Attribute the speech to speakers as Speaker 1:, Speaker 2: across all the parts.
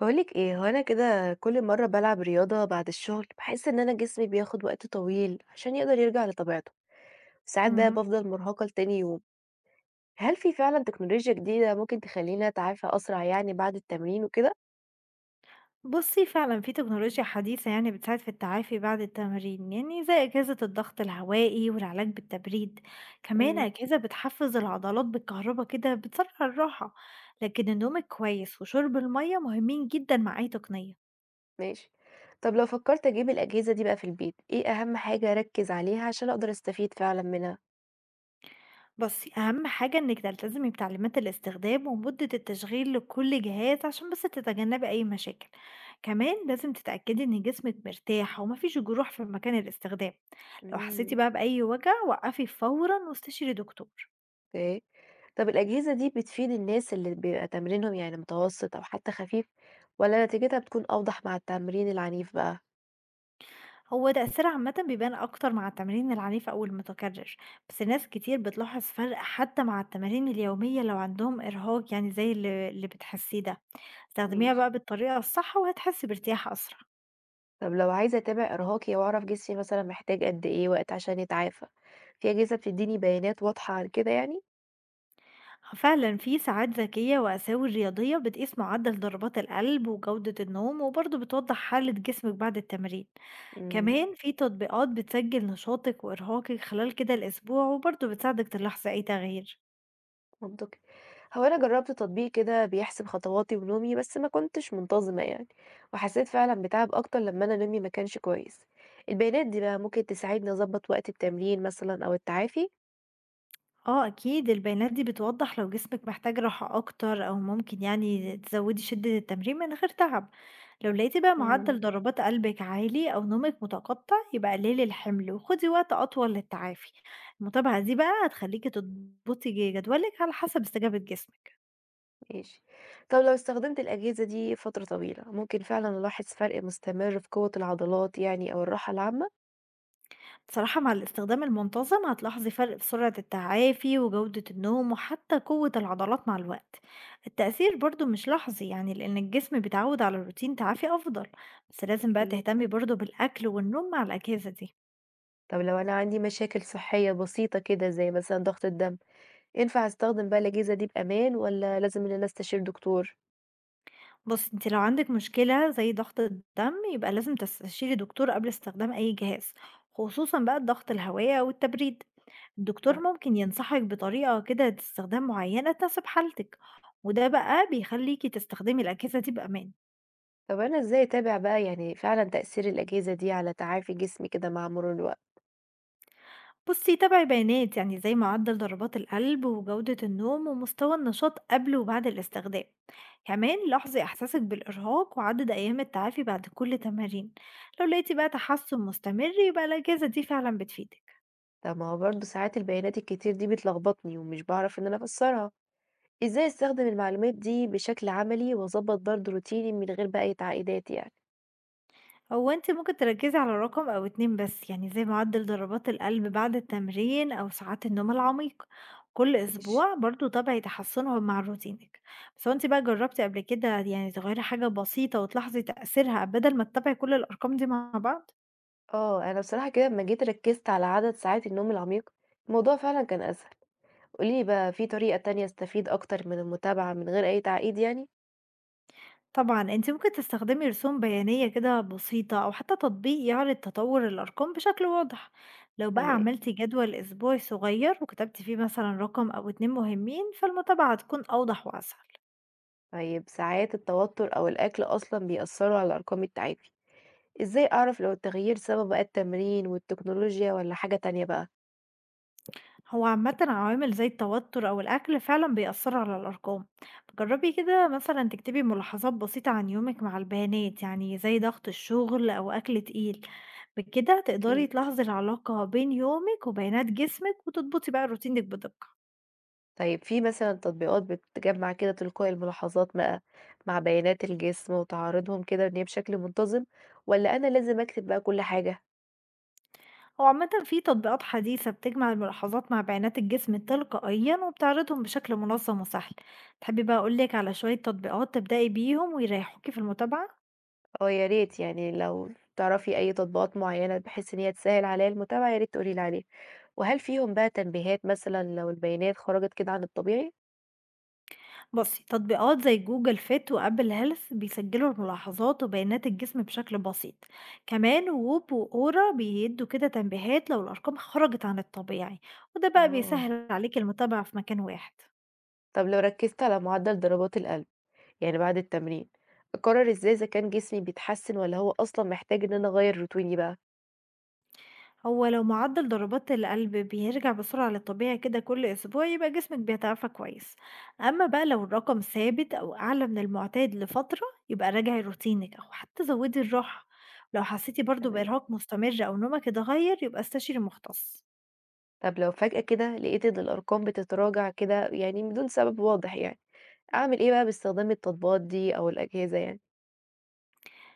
Speaker 1: باقولِك إيه، هو أنا كده كل مرّة بالعب رياضة بعد الشغل، باحس إن أنا جسمي بياخد وقت طويل عشان يقدر يرجع لطبيعته، ساعات بقى
Speaker 2: اهم.
Speaker 1: بافضل مرهقة لتاني يوم. هل في فعلًا تكنولوجيا جديدة ممكن تخلّيني أتعافى أسرع يعني بعد التمرين وكده؟
Speaker 2: بُصّي، فعلًا في تكنولوجيا حديثة بتساعد في التعافي بعد التمرين، يعني زي أجهزة الضغط الهوائي والعلاج بالتبريد، كمان
Speaker 1: إمم،
Speaker 2: أجهزة بتحفّز العضلات بالكهربا كده بتسرّع الراحة، لكن النوم الكويس وشرب المَيّة مهمين جدًا مع أي تقنية.
Speaker 1: ماشي. طب لو فكّرت أجيب الأجهزة دي بقى في البيت، إيه أهم حاجة أركّز عليها عشان أقدر أستفيد فعلًا منها؟
Speaker 2: بصي أهم حاجة إنك تلتزمي بتعليمات الاستخدام ومدة التشغيل لكل جهاز عشان بس تتجنبي أي مشاكل، كمان لازم تتأكدي إن جسمك مرتاح ومفيش جروح في مكان الاستخدام. لو حسيتي
Speaker 1: إمم،
Speaker 2: بقى بأي وجع وقفي فورا واستشيري دكتور.
Speaker 1: أوكي. طب الأجهزة دي بتفيد الناس اللي بيبقى تمرينهم يعني متوسط أو حتى خفيف والّا نتيجتها بتكون أوضح مع التمرين العنيف بقى؟
Speaker 2: هو تأثير عامة بيبان أكتر مع التمارين العنيفة أو المتكرر، بس ناس كتير بتلاحظ فرق حتى مع التمارين اليومية لو عندهم إرهاق، يعني زي اللي بتحسيه ده. استخدميها
Speaker 1: ماشي.
Speaker 2: بقى بالطريقة الصح وهتحسي بارتياح أسرع.
Speaker 1: طب لو عايزة أتابع إرهاقي وأعرف جسمي مثلًا محتاج قد إيه وقت عشان يتعافى، في أجهزة بتديني بيانات واضحة عن كده يعني؟
Speaker 2: فعلا في ساعات ذكية وأساور رياضية بتقيس معدل ضربات القلب وجودة النوم وبرضه بتوضح حالة جسمك بعد التمرين،
Speaker 1: إمم،
Speaker 2: كمان في تطبيقات بتسجل نشاطك وإرهاقك خلال كده الأسبوع وبرضه بتساعدك تلاحظ أي تغيير.
Speaker 1: منطقي. هو أنا جربت تطبيق كده بيحسب خطواتي ونومي بس ما كنتش منتظمة يعني، وحسيت فعلًا بتعب أكتر لما أنا نومي ما كانش كويس. البيانات دي بقى ممكن تساعدني أضبط وقت التمرين مثلًا أو التعافي؟
Speaker 2: آه أكيد، البيانات دي بتوضح لو جسمك محتاج راحة أكتر أو ممكن يعني تزودي شدة التمرين من غير تعب. لو لقيتي بقى معدل
Speaker 1: إمم،
Speaker 2: ضربات قلبك عالي أو نومك متقطع يبقى قللي الحمل وخدي وقت أطول للتعافي. المتابعة دي بقى هتخليكي تضبطي جدولك على حسب استجابة جسمك.
Speaker 1: ماشي. طب لو استخدمت الأجهزة دي فترة طويلة، ممكن فعلًا ألاحظ فرق مستمر في قوة العضلات يعني أو الراحة العامة؟
Speaker 2: بصراحة مع الاستخدام المنتظم هتلاحظي فرق في سرعة التعافي وجودة النوم وحتى قوة العضلات مع الوقت. التأثير برضو مش لحظي، يعني لأن الجسم بيتعود على روتين تعافي أفضل، بس لازم بقى
Speaker 1: أكيد.
Speaker 2: تهتمي برضو بالأكل والنوم مع الأجهزة دي.
Speaker 1: طب لو أنا عندي مشاكل صحية بسيطة كده زي مثلًا ضغط الدم، ينفع أستخدم بقى الأجهزة دي بأمان والّا لازم إن أنا أستشير دكتور؟
Speaker 2: بص انت لو عندك مشكلة زي ضغط الدم يبقى لازم تستشيري دكتور قبل استخدام أي جهاز، خصوصا بقى الضغط الهوائي أو التبريد.
Speaker 1: ف
Speaker 2: الدكتور ممكن ينصحك بطريقة كده استخدام معينة تناسب حالتك، وده بقى بيخليكي تستخدمي الأجهزة دي بأمان.
Speaker 1: طب أنا إزاي أتابع بقى يعني فعلًا تأثير الأجهزة دي على تعافي جسمي كده مع مرور الوقت؟
Speaker 2: بُصّي تابعي بيانات، يعني زي معدل ضربات القلب وجودة النوم ومستوى النشاط قبل وبعد الاستخدام، كمان لاحظي إحساسِك بالإرهاق وعدد أيام التعافي بعد كل تمارين. لو لقيتِ بقى تحسن مستمر يبقى الأجازة دي فعلًا بتفيدِك.
Speaker 1: طب ما هو برضه ساعات البيانات الكتير دي بتلخبطني ومش باعرف إن أنا أفسرها، إزاي أستخدم المعلومات دي بشكل عملي وأضبط برضه روتيني من غير بقى أي تعقيدات يعني؟
Speaker 2: هو أنتِ ممكن تركّزي على رقم أو 2 بس، يعني زي معدل ضربات القلب بعد التمرين أو ساعات النوم العميق، كل
Speaker 1: ماشي.
Speaker 2: أسبوع برضه تابعي تحسّنهم مع روتينِك. بس هو أنتِ بقى جرّبتِ قبل كده يعني تغيّري حاجة بسيطة وتلاحظي تأثيرها بدل ما تتابعي كل الأرقام دي مع بعض؟
Speaker 1: آه، أنا بصراحة كده أمّا جيت ركّزت على عدد ساعات النوم العميق، الموضوع فعلًا كان أسهل. قولي لي بقى في طريقة تانية أستفيد أكتر من المتابعة من غير أي تعقيد يعني؟
Speaker 2: طبعًا، أنتِ ممكن تستخدمي رسوم بيانية كده بسيطة أو حتى تطبيق يعرض تطوّر الأرقام بشكل واضح. لو بقى
Speaker 1: تمام،
Speaker 2: عملتِ جدول أسبوعي صغير وكتبتِ فيه مثلًا رقم أو 2 مهمين، فالمتابعة هتكون أوضح وأسهل.
Speaker 1: طيب ساعات التوتر أو الأكل أصلًا بيأثروا على أرقام التعافي، إزاي أعرف لو التغيير سبب بقى التمرين والتكنولوجيا والّا حاجة تانية بقى؟
Speaker 2: هو عامةً عوامل زي التوتر أو الأكل فعلًا بيأثروا على الأرقام، جربي كده مثلًا تكتبي ملاحظات بسيطة عن يومِك مع البيانات، يعني زي ضغط الشغل أو أكل تقيل، بكده تقدري
Speaker 1: أكيد،
Speaker 2: تلاحظي العلاقة بين يومِك وبيانات جسمِك وتضبطي بقى روتينِك بدقة.
Speaker 1: طيب في مثلًا تطبيقات بتجمع كده تلقائي الملاحظات بقى مع بيانات الجسم وتعارضهم كده إن هي بشكل منتظم، والّا أنا لازم أكتب بقى كل حاجة؟
Speaker 2: هو عامةً في تطبيقات حديثة بتجمع الملاحظات مع بيانات الجسم تلقائيًا وبتعرضهم بشكل منظم وسهل. تحبي بقى أقولك على شوية تطبيقات تبدأي بيهم ويريحوكي في المتابعة؟
Speaker 1: آه يا ريت يعني لو تعرفي أي تطبيقات معينة بحيث إن هي تسهل عليّا المتابعة يا ريت تقولي لي عليها. وهل فيهم بقى تنبيهات مثلًا لو البيانات خرجت كده عن الطبيعي؟
Speaker 2: بصي تطبيقات زي جوجل فيت وابل هيلث بيسجلوا الملاحظات وبيانات الجسم بشكل بسيط، كمان ووب واورا بيدوا كده تنبيهات لو الارقام خرجت عن الطبيعي، وده بقى
Speaker 1: آه،
Speaker 2: بيسهل عليك المتابعة في مكان واحد.
Speaker 1: طب لو ركزت على معدل ضربات القلب يعني بعد التمرين، أقرر إزاي إذا كان جسمي بيتحسن والّا هو أصلًا محتاج إن أنا أغيّر روتيني بقى؟
Speaker 2: هو لو معدل ضربات القلب بيرجع بسرعة للطبيعي كده كل أسبوع يبقى جسمك بيتعافى كويس. أما بقى لو الرقم ثابت أو أعلى من المعتاد لفترة يبقى راجعي روتينك أو حتى زودي الراحة. لو حسيتي برضو
Speaker 1: تمام،
Speaker 2: بإرهاق مستمر أو نومك اتغير يبقى استشيري مختص.
Speaker 1: طب لو فجأة كده لقيت إن الأرقام بتتراجع كده يعني بدون سبب واضح يعني، أعمل إيه بقى باستخدام التطبيقات دي أو الأجهزة يعني؟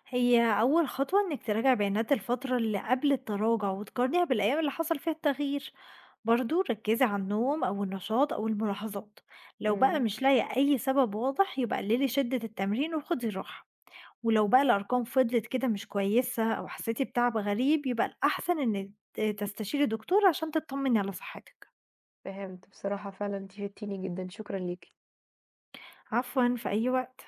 Speaker 2: هي أول خطوة إنك تراجع بيانات الفترة اللي قبل التراجع وتقارنيها بالأيام اللي حصل فيها التغيير، برضو ركزي على النوم أو النشاط أو الملاحظات. لو بقى
Speaker 1: إمم،
Speaker 2: مش لاقي أي سبب واضح يبقى قللي شدة التمرين وخدي راحة، ولو بقى الأرقام فضلت كده مش كويسة أو حسيتي بتعب غريب يبقى الأحسن إنك تستشيري دكتور عشان تطمني على صحتك.
Speaker 1: فهمت، بصراحة فعلًا أنتِ فدتيني جدًا، شكرًا ليكِ.
Speaker 2: عفوا، في أي وقت.